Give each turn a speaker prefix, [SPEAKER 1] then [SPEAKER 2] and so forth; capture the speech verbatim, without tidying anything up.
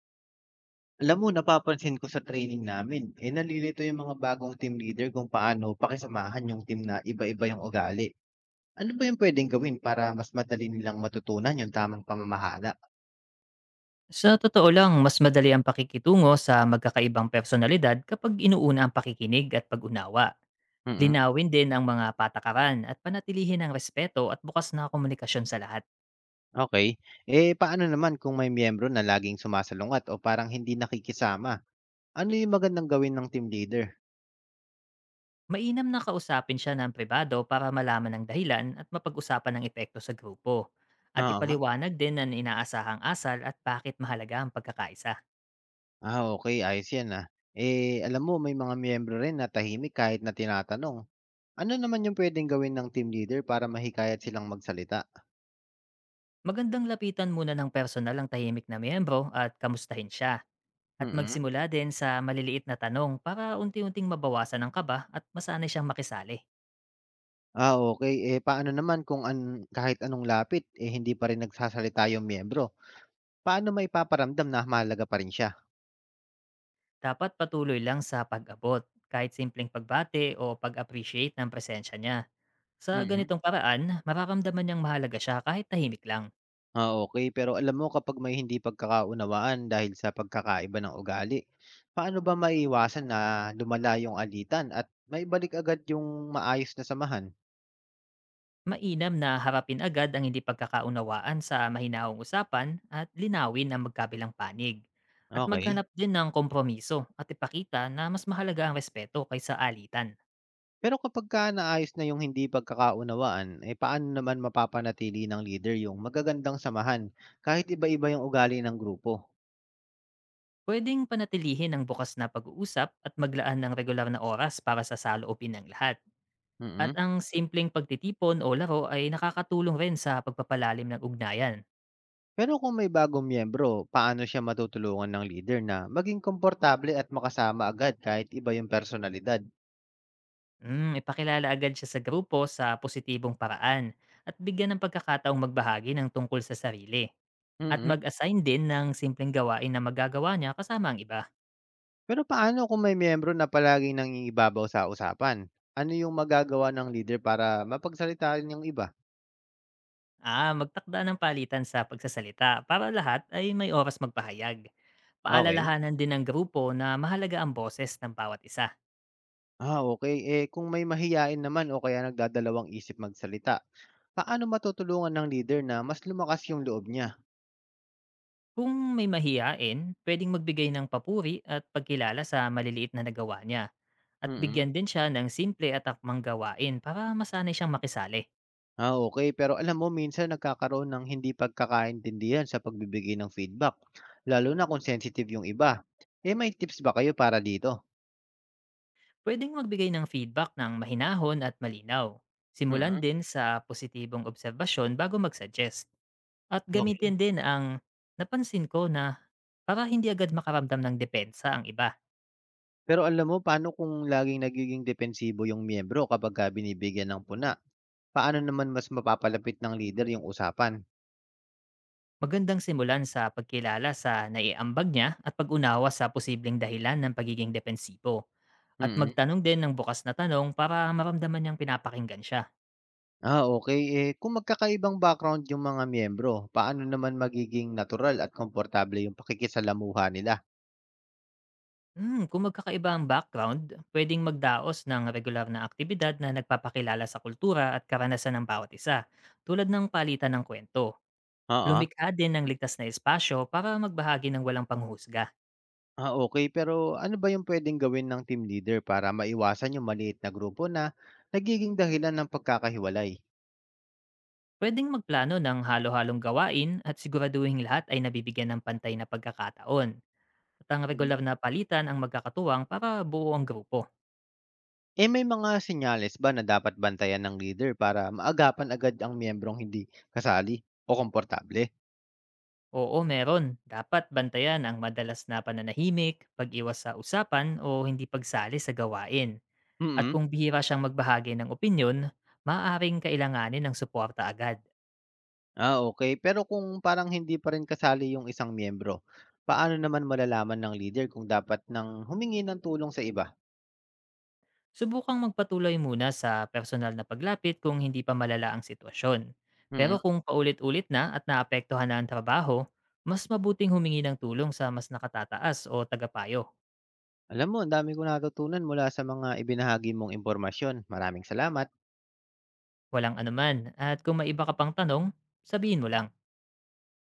[SPEAKER 1] Alam mo, napapansin ko sa training namin, eh, nalilito yung mga bagong team leader kung paano pakisamahan yung team na iba-iba yung ugali. Ano ba yung pwedeng gawin para mas madali nilang matutunan yung tamang pamamahala?
[SPEAKER 2] Sa totoo lang, mas madali ang pakikitungo sa magkakaibang personalidad kapag inuuna ang pakikinig at pag-unawa.
[SPEAKER 1] Mm.
[SPEAKER 2] Linawin din ang mga patakaran at panatilihin ang respeto at bukas na komunikasyon sa lahat.
[SPEAKER 1] Okay. Eh, paano naman kung may miyembro na laging sumasalungat o parang hindi nakikisama? Ano yung magandang gawin ng team leader?
[SPEAKER 2] Mainam na kausapin siya ng pribado para malaman ang dahilan at mapag-usapan ang epekto sa grupo. At
[SPEAKER 1] Oo nga.
[SPEAKER 2] ipaliwanag din ang inaasahang asal at bakit mahalaga ang pagkakaisa.
[SPEAKER 1] Ah, okay, ayos yan, ah. Eh, alam mo, may mga miyembro rin na tahimik kahit na tinatanong. Ano naman yung pwedeng gawin ng team leader para mahikayat silang magsalita?
[SPEAKER 2] Magandang lapitan muna ng personal ang tahimik na miyembro at kamustahin siya. At
[SPEAKER 1] Mm.
[SPEAKER 2] magsimula din sa maliliit na tanong para unti-unting mabawasan ang kaba at masanay siyang makisali.
[SPEAKER 1] Ah, okey. Eh, paano naman kung an kahit anong lapit, eh, hindi pa rin nagsasalita yung miyembro? Paano maipaparamdam na mahalaga pa rin siya?
[SPEAKER 2] Dapat patuloy lang sa pag-abot, kahit simpleng pagbate o pag-appreciate ng presensya niya. Sa
[SPEAKER 1] Mm.
[SPEAKER 2] ganitong paraan, mararamdaman niyang mahalaga siya kahit tahimik lang.
[SPEAKER 1] Ah, okey. Pero alam mo, kapag may hindi pagkakaunawaan dahil sa pagkakaiba ng ugali, paano ba maiiwasan na lumala yung alitan at maibalik agad yung maayos na samahan?
[SPEAKER 2] Mainam na harapin agad ang hindi pagkakaunawaan sa mahinaong usapan at linawin ang magkabilang panig. At
[SPEAKER 1] Okey.
[SPEAKER 2] maghanap din ng kompromiso at ipakita na mas mahalaga ang respeto kaysa alitan.
[SPEAKER 1] Pero kapagka naayos na yung hindi pagkakaunawaan, eh, paano naman mapapanatili ng leader yung magagandang samahan kahit iba-iba yung ugali ng grupo?
[SPEAKER 2] Pwedeng panatilihin ang bukas na pag-uusap at maglaan ng regular na oras para sa saloobin ng lahat. At
[SPEAKER 1] Mm.
[SPEAKER 2] ang simpleng pagtitipon o laro ay nakakatulong rin sa pagpapalalim ng ugnayan.
[SPEAKER 1] Pero kung may bagong miyembro, paano siya matutulungan ng leader na maging komportable at makasama agad kahit iba yung personalidad?
[SPEAKER 2] Mm, ipakilala agad siya sa grupo sa positibong paraan at bigyan ng pagkakataong magbahagi ng tungkol sa sarili. At
[SPEAKER 1] Mm.
[SPEAKER 2] mag-assign din ng simpleng gawain na magagawa niya kasama ang iba.
[SPEAKER 1] Pero paano kung may miyembro na palaging nangingibabaw sa usapan? Ano yung magagawa ng leader para mapagsalita rin yung iba?
[SPEAKER 2] Ah, magtakda ng palitan sa pagsasalita para lahat ay may oras magpahayag.
[SPEAKER 1] Okay.
[SPEAKER 2] Paalalahanan din ng grupo na mahalaga ang boses ng bawat isa.
[SPEAKER 1] Ah, okay. Eh, kung may mahiyain naman o kaya nagdadalawang isip magsalita, paano matutulungan ng leader na mas lumakas yung loob niya?
[SPEAKER 2] Kung may mahihain, pwedeng magbigay ng papuri at pagkilala sa maliliit na nagawa niya at
[SPEAKER 1] Mm.
[SPEAKER 2] bigyan din siya ng simple at akmang gawain para masanay siyang makisali.
[SPEAKER 1] Ah, okay. Pero alam mo, minsan nagkakaroon ng hindi pagkakaintindihan sa pagbibigay ng feedback, lalo na kung sensitive yung iba. Eh, may tips ba kayo para dito?
[SPEAKER 2] Pwedeng magbigay ng feedback ng mahinahon at malinaw. Simulan
[SPEAKER 1] Mm.
[SPEAKER 2] din sa positibong obserbasyon bago mag-suggest. At
[SPEAKER 1] Okey.
[SPEAKER 2] gamitin din ang "napansin ko na" para hindi agad makaramdam ng depensa ang iba.
[SPEAKER 1] Pero alam mo, paano kung laging nagiging depensibo yung miyembro kapagka binibigyan ng puna? Paano naman mas mapapalapit ng leader yung usapan?
[SPEAKER 2] Magandang simulan sa pagkilala sa naiambag niya at pag-unawa sa posibleng dahilan ng pagiging depensibo. At
[SPEAKER 1] Mm.
[SPEAKER 2] magtanong din ng bukas na tanong para maramdaman niyang pinapakinggan siya.
[SPEAKER 1] Ah, okay. Eh, kung magkakaibang background yung mga miyembro, paano naman magiging natural at komportable yung pakikisalamuha nila?
[SPEAKER 2] Hmm, kung magkakaiba ang background, pwedeng magdaos ng regular na aktibidad na nagpapakilala sa kultura at karanasan ng bawat isa, tulad ng palitan ng kwento.
[SPEAKER 1] Oo.
[SPEAKER 2] Lumikha din ng ligtas na espasyo para magbahagi ng walang panghusga.
[SPEAKER 1] Ah, okay. Pero ano ba yung pwedeng gawin ng team leader para maiwasan yung maliit na grupo na nagiging dahilan ng pagkakahiwalay?
[SPEAKER 2] Pwedeng magplano ng halo-halong gawain at siguraduhing lahat ay nabibigyan ng pantay na pagkakataon. At ang
[SPEAKER 1] Mm.
[SPEAKER 2] regular na palitan ang magkakatuwang para buo ang grupo.
[SPEAKER 1] Eh, may mga senyales ba na dapat bantayan ng leader para maagapan agad ang miyembrong hindi kasali o komportable?
[SPEAKER 2] Oo, meron. Dapat bantayan ang madalas na pananahimik, pag-iwas sa usapan o hindi pagsali sa gawain. At
[SPEAKER 1] Mm.
[SPEAKER 2] kung bihira siyang magbahagi ng opinyon, maaaring kailanganin ng suporta agad.
[SPEAKER 1] Ah, okay. Pero kung parang hindi pa rin kasali yung isang miyembro, paano naman malalaman ng leader kung dapat nang humingi ng tulong sa iba?
[SPEAKER 2] Subukang magpatuloy muna sa personal na paglapit kung hindi pa malala ang sitwasyon. Pero
[SPEAKER 1] Mm.
[SPEAKER 2] kung paulit-ulit na at naapektuhan na ang trabaho, mas mabuting humingi ng tulong sa mas nakatataas o tagapayo.
[SPEAKER 1] Alam mo, ang dami kong natutunan mula sa mga ibinahagi mong impormasyon. Maraming salamat.
[SPEAKER 2] Walang anuman, at kung may iba ka pang tanong, sabihin mo lang.